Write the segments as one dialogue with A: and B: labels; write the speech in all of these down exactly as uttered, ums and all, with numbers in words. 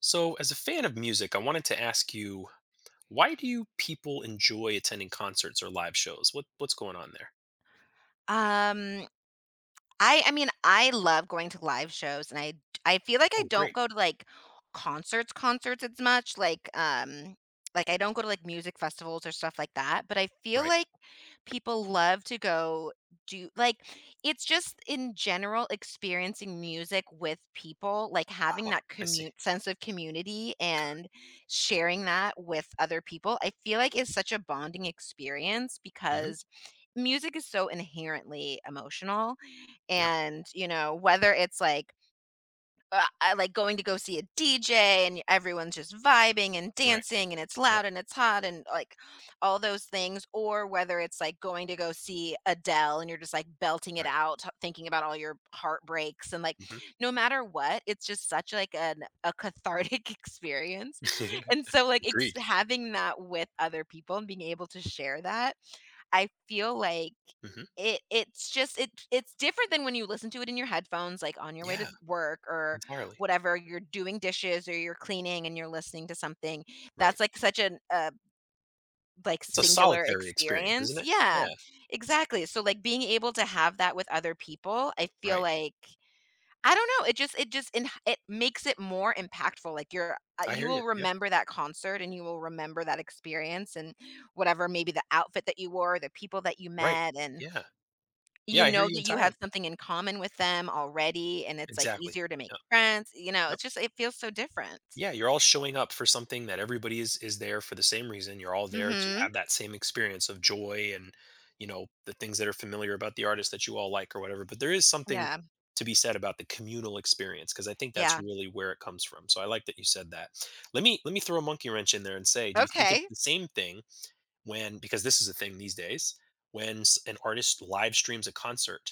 A: So, as a fan of music, I wanted to ask you, why do you people enjoy attending concerts or live shows? What what's going on there?
B: Um, I I mean, I love going to live shows, and I I feel like I
A: Oh,
B: don't
A: great.
B: go to, like, concerts concerts as much, like, um like, I don't go to, like, music festivals or stuff like that, but I feel
A: Right.
B: like people love to go do like, it's just in general experiencing music with people, like, having
A: Ah,
B: that
A: I see.
B: commute sense of community and sharing that with other people, I feel like is such a bonding experience
A: Mm-hmm.
B: because music is so inherently emotional,
A: Yep.
B: and, you know, whether it's like, uh, I like going to go see a D J and everyone's just vibing and
A: Right.
B: dancing and it's
A: Yep.
B: loud and it's hot and like all those things, or whether it's like going to go see Adele and you're just like belting it
A: Right.
B: out, t- thinking about all your heartbreaks and like
A: Hmm.
B: no matter what, it's just such like an a cathartic experience. And so like ex-
A: Agreed.
B: having that with other people and being able to share that, I feel like
A: Hmm.
B: it it's just it it's different than when you listen to it in your headphones, like, on your way to
A: Yeah.
B: th work or
A: Entirely.
B: whatever, you're doing dishes or you're cleaning and you're listening to something.
A: Right.
B: That's, like, such an, uh, like,
A: It's a
B: singular
A: solitary experience,
B: experience.
A: isn't it?
B: Yeah,
A: Yeah.
B: exactly. So, like, being able to have that with other people, I feel
A: Right.
B: like I don't know, it just it just in it makes it more impactful, like, you're uh,
A: I
B: you
A: hear you.
B: will
A: Yeah.
B: remember that concert and you will remember that experience and whatever, maybe the outfit that you wore, the people that you
A: Right.
B: met, and
A: Yeah.
B: you
A: Yeah. I hear
B: know
A: you
B: that you have
A: entirely.
B: something in common with them already, and it's, like,
A: Exactly.
B: easier to make
A: Yeah.
B: friends, you know, it's just it feels so different.
A: Yeah, you're all showing up for something that everybody is is there for the same reason. You're all there to
B: Mhm.
A: have that same experience of joy and, you know, the things that are familiar about the artist that you all like or whatever. But there is something
B: Yeah.
A: to be said about the communal experience because I think that's
B: Yeah.
A: really where it comes from. So I like that you said that. Let me let me throw a monkey wrench in there and say, do you think it's
B: Okay.
A: the same thing when, because this is a thing these days, when s- an artist live streams a concert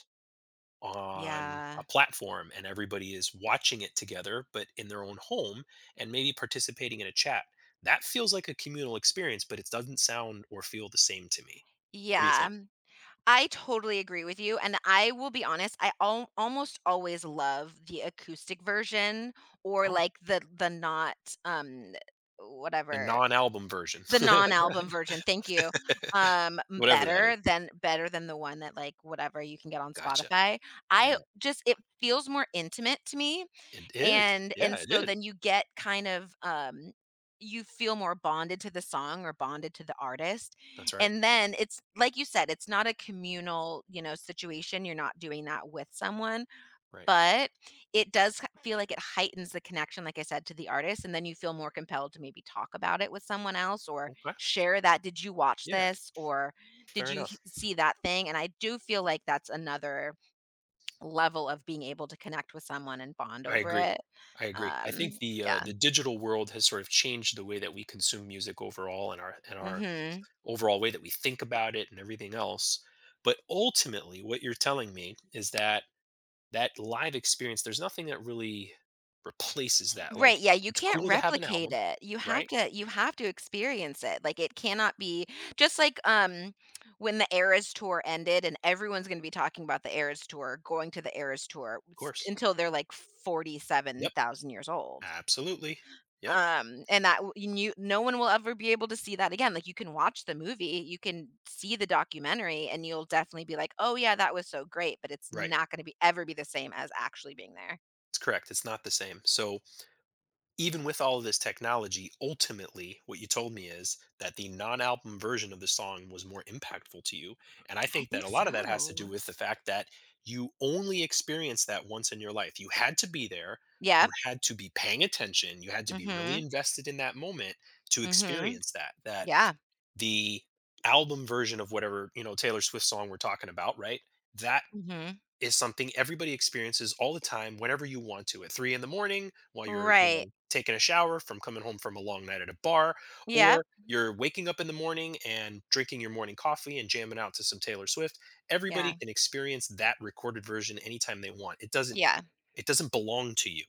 A: on a
B: Yeah.
A: platform and everybody is watching it together, but in their own home and maybe participating in a chat. That feels like a communal experience, but it doesn't sound or feel the same to me. What do you
B: Yeah,
A: think?
B: I totally agree with you, and I will be honest, I al almost always love the acoustic version or,
A: Oh,
B: like, the the not, um,
A: the
B: whatever.
A: non-album version.
B: The non-album version, thank you. Um, m-
A: Whatever that is.
B: better than better than the one that, like, whatever you can get on
A: Gotcha.
B: Spotify.
A: Yeah,
B: I just it feels more intimate to me,
A: it is.
B: and
A: Yeah,
B: and
A: it
B: so then
A: is.
B: you get kind of, um you feel more bonded to the song or bonded to the artist,
A: That's right.
B: and then it's like you said, it's not a communal, you know, situation, you're not doing that with someone,
A: Right.
B: but it does k feel like it heightens the connection, like I said, to the artist, and then you feel more compelled to maybe talk about it with someone else or
A: Okay.
B: share that, "Did you watch
A: Yeah,
B: this?" or "Did
A: fair
B: you h
A: enough.
B: see that thing?" And I do feel like that's another level of being able to connect with someone and bond
A: I
B: over
A: agree.
B: it.
A: I agree. I think
B: Um,
A: the uh,
B: yeah.
A: the digital world has sort of changed the way that we consume music overall, and our and our
B: Mhm.
A: overall way that we think about it and everything else. But ultimately, what you're telling me is that that live experience, there's nothing that really replaces that.
B: Right,
A: Like,
B: yeah, you
A: it's
B: can't
A: cool to have an
B: replicate
A: album,
B: it. You have
A: right?
B: to you have to experience it. Like, it cannot be just like, um, when the Eras Tour ended and everyone's gonna be talking about the Eras Tour, going to the Eras Tour
A: Of
B: s
A: course.
B: until they're, like,
A: Yep.
B: forty-seven thousand years old.
A: Absolutely. Yep.
B: Um, and that w you no one will ever be able to see that again. Like, you can watch the movie, you can see the documentary, and you'll definitely be like, "Oh, yeah, that was so great," but it's
A: Right.
B: not gonna be ever be the same as actually being there.
A: It's correct. It's not the same. So, even with all of this technology, ultimately, what you told me is that the non album version of the song was more impactful to you. And I
B: I
A: think that
B: think
A: a lot of that has to do
B: so.
A: with the fact that you only experienced that once in your life. You had to be there, you
B: Yeah.
A: had to be paying attention, you had to be really
B: Mhm.
A: invested in that moment to
B: Mhm.
A: experience that. That
B: Yeah.
A: the album version of whatever, you know, Taylor Swift song we're talking about, right? That
B: Mhm.
A: is something everybody experiences all the time whenever you want to, at three in the morning while you're, you
B: Right.
A: know taking a shower from coming home from a long night at a bar,
B: Yep.
A: or
B: Mhm.
A: you're waking up in the morning and drinking your morning coffee and jamming out to some Taylor Swift. Everybody
B: Yeah.
A: can experience that recorded version anytime they want. it doesn't
B: Yeah.
A: it doesn't belong to you.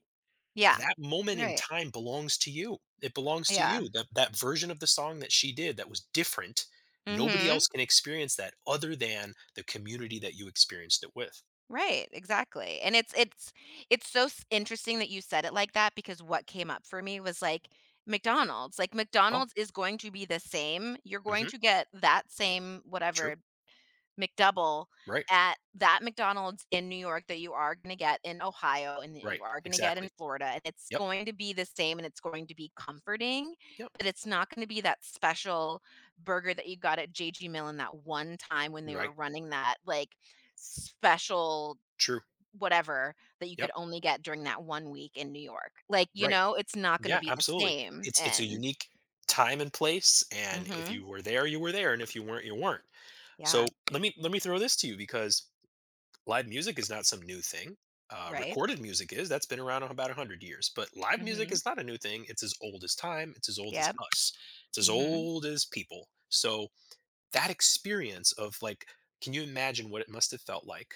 B: Yeah.
A: That moment in
B: Right.
A: time belongs to you. It belongs to
B: Yeah.
A: you. That that version of the song that she did that was different, nobody
B: Mhm.
A: else can experience that other than the community that you experienced it with.
B: Right, exactly. And it's it's it's so s interesting that you said it like that because what came up for me was, like, McDonald's. Like,
A: Oh.
B: McDonald's is going to be the same. You're going
A: Mhm.
B: to get that same
A: True.
B: whatever McDouble
A: Right.
B: at that McDonald's in New York that you are gonna get in Ohio and that
A: Right.
B: you are gonna get in
A: Exactly.
B: Florida, and it's
A: Yep.
B: going to be the same and it's going to be comforting,
A: Yep.
B: but it's not gonna be that special burger that you got at J G Millen that one time when they were
A: Right.
B: running that, like, special
A: True.
B: whatever that you could
A: Yep.
B: only get during that one week in New York. Like, you
A: Right.
B: know, it's not gonna
A: Yeah,
B: be the
A: absolutely.
B: same,
A: It's it's a
B: and
A: unique time and place, and if
B: Mhm.
A: you were there, you were there, and if you weren't, you weren't. So,
B: Yeah.
A: let me let me throw this to you because live music is not some new thing. Uh,
B: Right?
A: recorded music is. That's been around about a hundred years, but live music
B: Mhm.
A: is not a new thing. It's as old as time, it's as old as
B: Yep.
A: us. It's as
B: Mhm.
A: old as people. So, that experience of like, can you imagine what it must have felt like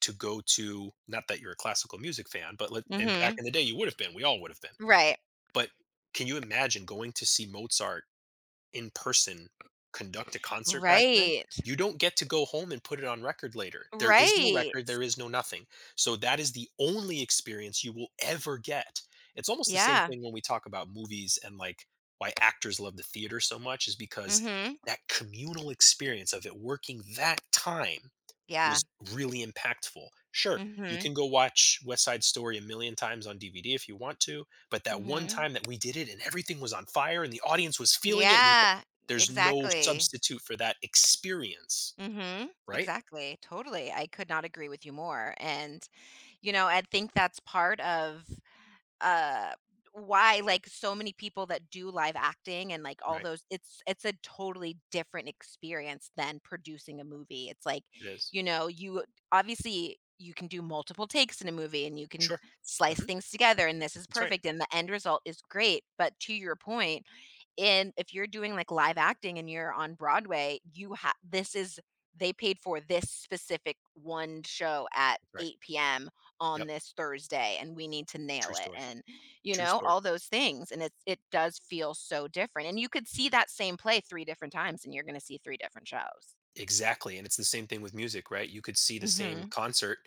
A: to go to, not that you're a classical music fan, but let and back
B: Mhm.
A: in the day, you would have been. We all would have been.
B: Right.
A: But can you imagine going to see Mozart in person conduct a concert back then?
B: Right.
A: You don't get to go home and put it on record later. There is no
B: Right.
A: record, there is no nothing. So that is the only experience you will ever get. It's almost the same
B: Yeah.
A: thing when we talk about movies and like, why actors love the theater so much is because
B: Mhm.
A: that communal experience of it working that time
B: Yeah.
A: was really impactful. Sure, you
B: Mhm.
A: can go watch West Side Story a million times on D V D if you want to, but that one
B: Mhm.
A: time that we did it and everything was on fire and the audience was feeling it, we,
B: Yeah.
A: there's no
B: Exactly.
A: substitute for that experience,
B: Mhm.
A: right?
B: Exactly. Totally. I could not agree with you more. And, you know, I think that's part of uh why like so many people that do live acting and like all
A: Right.
B: those it's it's a totally different experience than producing a movie, it's like
A: It is.
B: you know you obviously you can do multiple takes in a movie and you can
A: Sure.
B: slice
A: Mhm.
B: things together and this is
A: That's right.
B: perfect and the end result is great but to your point and if you're doing like live acting and you're on Broadway, you have this is they paid for this specific one show at
A: That's right.
B: eight p m on
A: Yep.
B: this Thursday and we need to nail
A: True
B: it
A: story.
B: and you
A: True
B: know
A: story.
B: all those things and it's it does feel so different and you could see that same play three different times and you're going to see three different shows.
A: Exactly, and it's the same thing with music, right? You could see the same
B: Mhm.
A: concert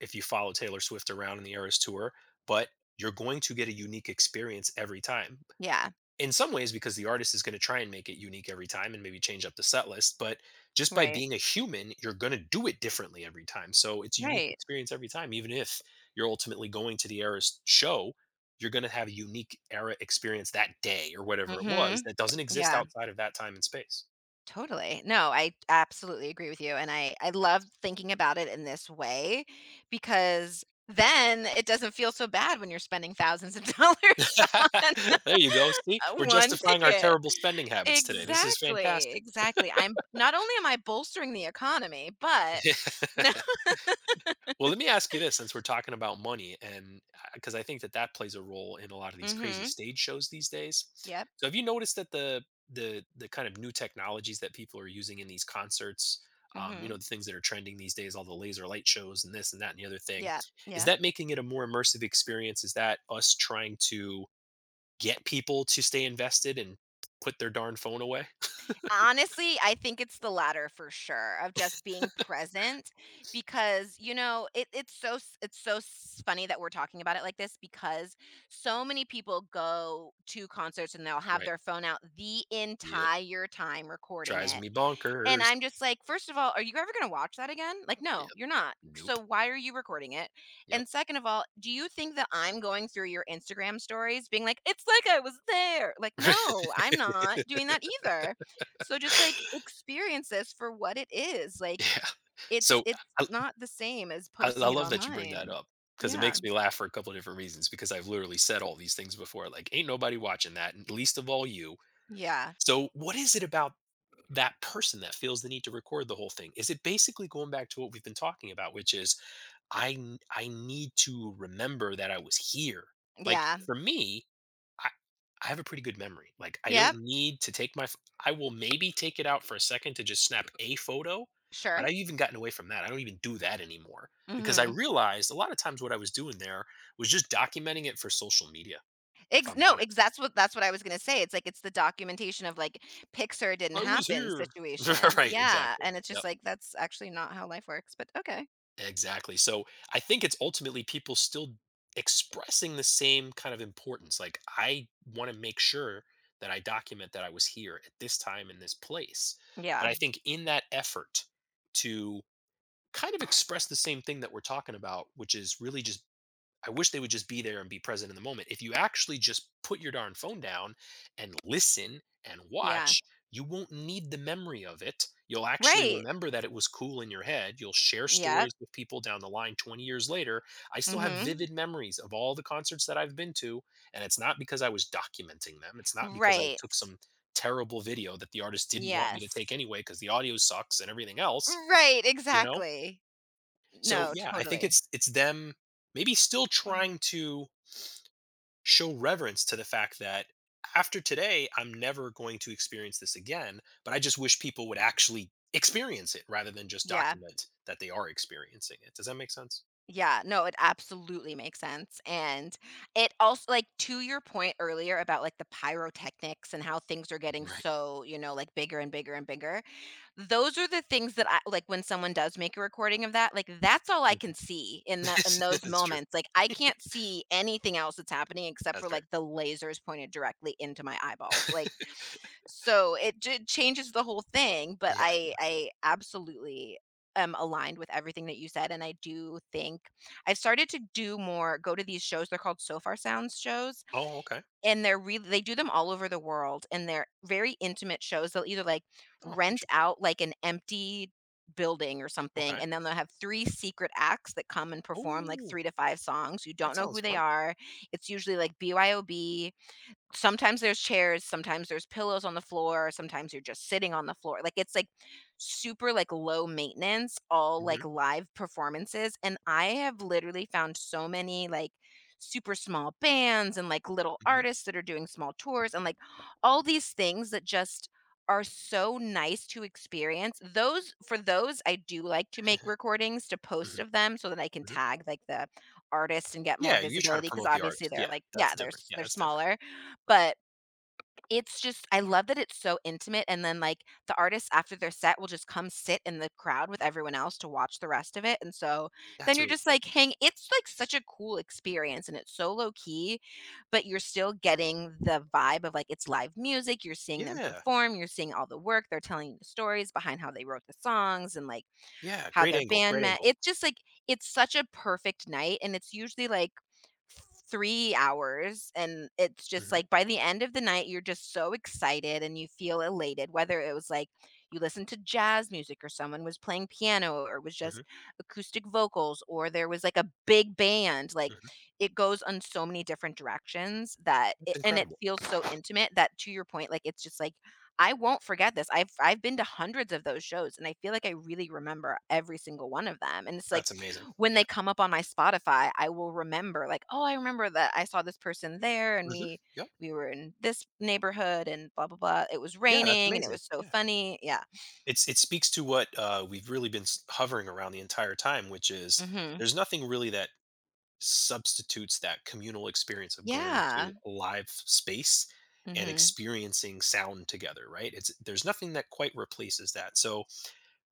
A: if you follow Taylor Swift around in the Eras Tour, but you're going to get a unique experience every time,
B: Yeah.
A: in some ways because the artist is going to try and make it unique every time and maybe change up the set list. But just by
B: Right.
A: being a human, you're going to do it differently every time, so it's a unique
B: Right.
A: experience every time. Even if you're ultimately going to the era's show, you're going to have a unique era experience that day or whatever it was,
B: Mhm.
A: that doesn't exist
B: Yeah.
A: outside of that time and space.
B: Totally. No, I absolutely agree with you, and I I love thinking about it in this way because then it doesn't feel so bad when you're spending thousands of dollars on
A: There you go, see, we're
B: one
A: justifying our
B: ticket.
A: terrible spending habits today, this is
B: Exactly,
A: fantastic.
B: exactly. I'm not only am I bolstering the economy, but no.
A: Well, let me ask you this, since we're talking about money, and because I think that that plays a role in a lot of these crazy
B: Mhm.
A: stage shows these days.
B: Yep.
A: So, have you noticed that the the the kind of new technologies that people are using in these concerts, um, you know,
B: Mhm.
A: the things that are trending these days, all the laser light shows and this and that and the other thing,
B: Yeah.
A: is
B: Yeah.
A: that making it a more immersive experience? Is that us trying to get people to stay invested and put their darn phone away?
B: Honestly, I think it's the latter for sure of just being present because, you know, it, it's so s- it's so s- funny that we're talking about it like this because so many people go to concerts and they'll have
A: Right.
B: their phone out the
A: Yep.
B: entire time recording
A: Drives
B: it
A: me
B: and
A: bonkers.
B: I'm just like, first of all, are you ever going to watch that again? Like,
A: Yep.
B: no, you're not. So
A: Nope.
B: why are you recording it?
A: Yep.
B: And second of all, do you think that I'm going through your Instagram stories being like, it's like I was there? Like, no, I'm not doing that either. So just like experience this for what it is. Like
A: Yeah.
B: it's
A: So,
B: it's
A: I
B: not the same as
A: I I
B: posting it
A: love that you bring that
B: online.
A: up because it
B: Yeah.
A: makes me laugh for a couple of different reasons, because I've literally said all these things before, like, "Ain't nobody watching that, and least of all you."
B: Yeah.
A: So, what is it about that person that feels the need to record the whole thing? Is it basically going back to what we've been talking about, which is, I n I need to remember that I was here. Like,
B: Yeah.
A: for me, I I have a pretty good memory. Like, I
B: Yep.
A: don't need to take my ph I will maybe take it out for a second to just snap a photo,
B: Sure.
A: but I've even gotten away from that. I don't even do that anymore because I
B: Mhm.
A: realized a lot of times what I was doing there was just documenting it for social media, if
B: Ex
A: I'm
B: no, ex
A: honest.
B: that's what that's what I was gonna say. It's like it's the documentation of, like, Pixar didn't
A: I was
B: happen
A: here.
B: situation.
A: Right,
B: Yeah,
A: exactly.
B: and it's just like, that's actually not how life works, but okay.
A: Exactly. So I think it's ultimately people still expressing the same kind of importance. Like, I want to make sure that I document that I was here at this time in this place. But
B: Yeah,
A: I think in that effort to kind of express the same thing that we're talking about, which is really just, I wish they would just be there and be present in the moment. If you actually just put your darn phone down and listen and
B: yeah.
A: watch, you won't need the memory of it. You'll actually
B: Right.
A: remember that it was cool in your head. You'll share
B: Yeah,
A: stories with people down the line twenty years later. I
B: mm
A: still have
B: mhm.
A: vivid memories of all the concerts that I've been to. And it's not because I was documenting them, it's not because I took
B: Right.
A: some terrible video that the artist didn't want me to take
B: Yes.
A: anyway because the audio sucks and everything else,
B: Right,
A: you know?
B: exactly.
A: So
B: No,
A: yeah, I think
B: totally.
A: it's it's them maybe still trying to show reverence to the fact that after today, I'm never going to experience this again. But I just wish people would actually experience it rather than just
B: Yeah,
A: document that they are experiencing it. Does that make sense?
B: yeah. No, it absolutely makes sense, and it also like, to your point earlier about, like, the pyrotechnics and how things are getting
A: Right.
B: so, you know, like, bigger and bigger and bigger. Those are the things that I like when someone does make a recording of that, like, that's all I can
A: Mhm.
B: see in the in those
A: That's true.
B: moments, like, I can't see anything else that's happening except for,
A: That's right.
B: like, the lasers pointed directly into my eyeballs, like, so it j changes the whole thing, but
A: Yeah. It
B: I
A: does.
B: I absolutely am aligned with everything that you said, and I do think I've started to do more, go to these shows, they're called So Far Sounds shows,
A: Oh, okay.
B: and they're really they do them all over the world, and they're very intimate shows. They'll either, like,
A: Oh,
B: rent
A: interesting.
B: out, like, an empty building or something,
A: Okay.
B: and then they'll have three secret acts that come and perform, like,
A: Oh,
B: three to five songs. You
A: that
B: don't know
A: sounds
B: who they
A: fun.
B: are. It's usually, like, B Y O B. Sometimes there's chairs, sometimes there's pillows on the floor, sometimes you're just sitting on the floor, like, it's, like, super, like, low maintenance, all, like,
A: Hmm.
B: live performances, and I have literally found so many, like, super small bands and, like, little
A: Hmm.
B: artists that are doing small tours and, like, all these things that just are so nice to experience. Those for those, I do like to make recordings to post
A: Hmm.
B: of them so that I can
A: Hmm.
B: tag, like, the artist and get more
A: Yeah, you're trying to
B: visibility because
A: promote the
B: obviously
A: artist.
B: they're,
A: Yeah,
B: like
A: that's
B: yeah, they're
A: different.
B: s
A: Yeah,
B: they're
A: that's different.
B: smaller.
A: Right.
B: But it's just I love that it's so intimate, and then, like, the artists after their set will just come sit in the crowd with everyone else to watch the rest of it, and so then
A: That's
B: you're
A: really
B: just,
A: cool.
B: like, hang it's, like, such a cool experience, and it's so low key, but you're still getting the vibe of, like, it's live music, you're seeing them
A: Yeah.
B: perform, you're seeing all the work, they're telling you the stories behind how they wrote the songs and, like,
A: Yeah.
B: how
A: Great
B: their
A: angle.
B: band
A: Great
B: met.
A: angle.
B: It's just, like it's such a perfect night, and it's usually, like three hours, and it's just, like,
A: Hmm.
B: by the end of the night, you're just so excited and you feel elated, whether it was, like, you listened to jazz music or someone was playing piano or it was just acoustic vocals or there was, like, a big band, like,
A: Hmm.
B: it goes on so many different directions that it and it
A: Incredible.
B: feels so intimate that to your point, like, it's just, like, I won't forget this. I've I've been to hundreds of those shows, and I feel like I really remember every single one of them, and it's, like,
A: That's amazing.
B: when they
A: Yeah.
B: come up on my Spotify, I will remember like, "Oh, I remember that I saw this person there and
A: Mhm.
B: we
A: Yep.
B: we were in this neighborhood and blah blah blah. It was
A: Yeah, that's
B: raining and it
A: amazing.
B: was so
A: Yeah.
B: funny." Yeah.
A: It's, it speaks to what uh, we've really been s- hovering around the entire time, which is,
B: Mhm.
A: there's nothing really that substitutes that communal experience of going to
B: Yeah.
A: a live space and
B: Mhm.
A: experiencing sound together, right? It's, there's nothing that quite replaces that. So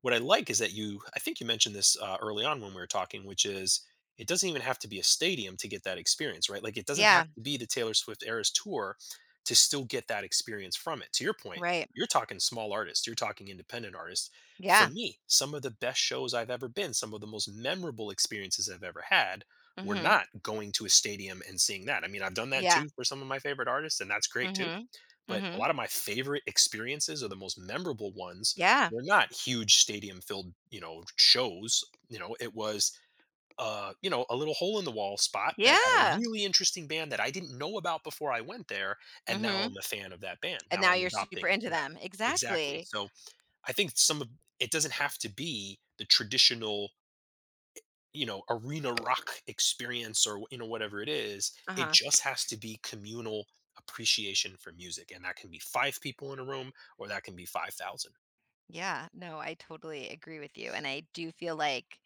A: what I like is that you, I think you mentioned this uh, early on when we were talking, which is, it doesn't even have to be a stadium to get that experience, right? Like, it doesn't have
B: Yeah.
A: to be the Taylor Swift Eras tour to still get that experience from it. To your point,
B: Right.
A: you're talking small artists, you're talking independent artists. For
B: Yeah.
A: me, some of the best shows I've ever been, some of the most memorable experiences I've ever had, were
B: Mhm.
A: not going to a stadium and seeing that. I mean, I've done that
B: Yeah.
A: too for some of my favorite artists, and that's great too,
B: Mhm.
A: but a
B: Mhm.
A: lot of my favorite experiences, or the most memorable ones,
B: Yeah.
A: were not huge stadium filled, you know, shows. You know, it was, uh, you know, a little hole in the wall spot that had a
B: Yeah.
A: really interesting band that I didn't know about before I went there. And now
B: Mhm.
A: I'm a fan of that band.
B: And
A: Now
B: now
A: I'm
B: you're super
A: adopting.
B: into
A: Yeah,
B: them.
A: exactly.
B: Exactly.
A: So I think some of, it doesn't have to be the traditional, you know, arena rock experience, or you know, whatever it is, it
B: Uh-huh.
A: just has to be communal appreciation for music, and that can be five people in a room or that can be five thousand.
B: Yeah, no, I totally agree with you, and I do feel like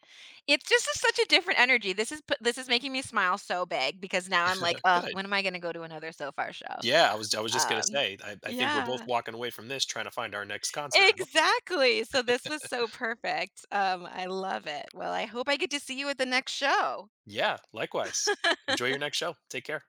B: it's just a, such a different energy. This is p- this is making me smile so big because now I'm like, oh,
A: Good.
B: when am I going to go to another So Far show?
A: Yeah, i was i was just going to
B: Um,
A: say, I, I think we're both
B: yeah,
A: walking away from this trying to find our next concert, huh?
B: exactly. So this was so perfect. Um, I love it. Well, I hope I get to see you at the next show.
A: Yeah, likewise, enjoy your next show, take care.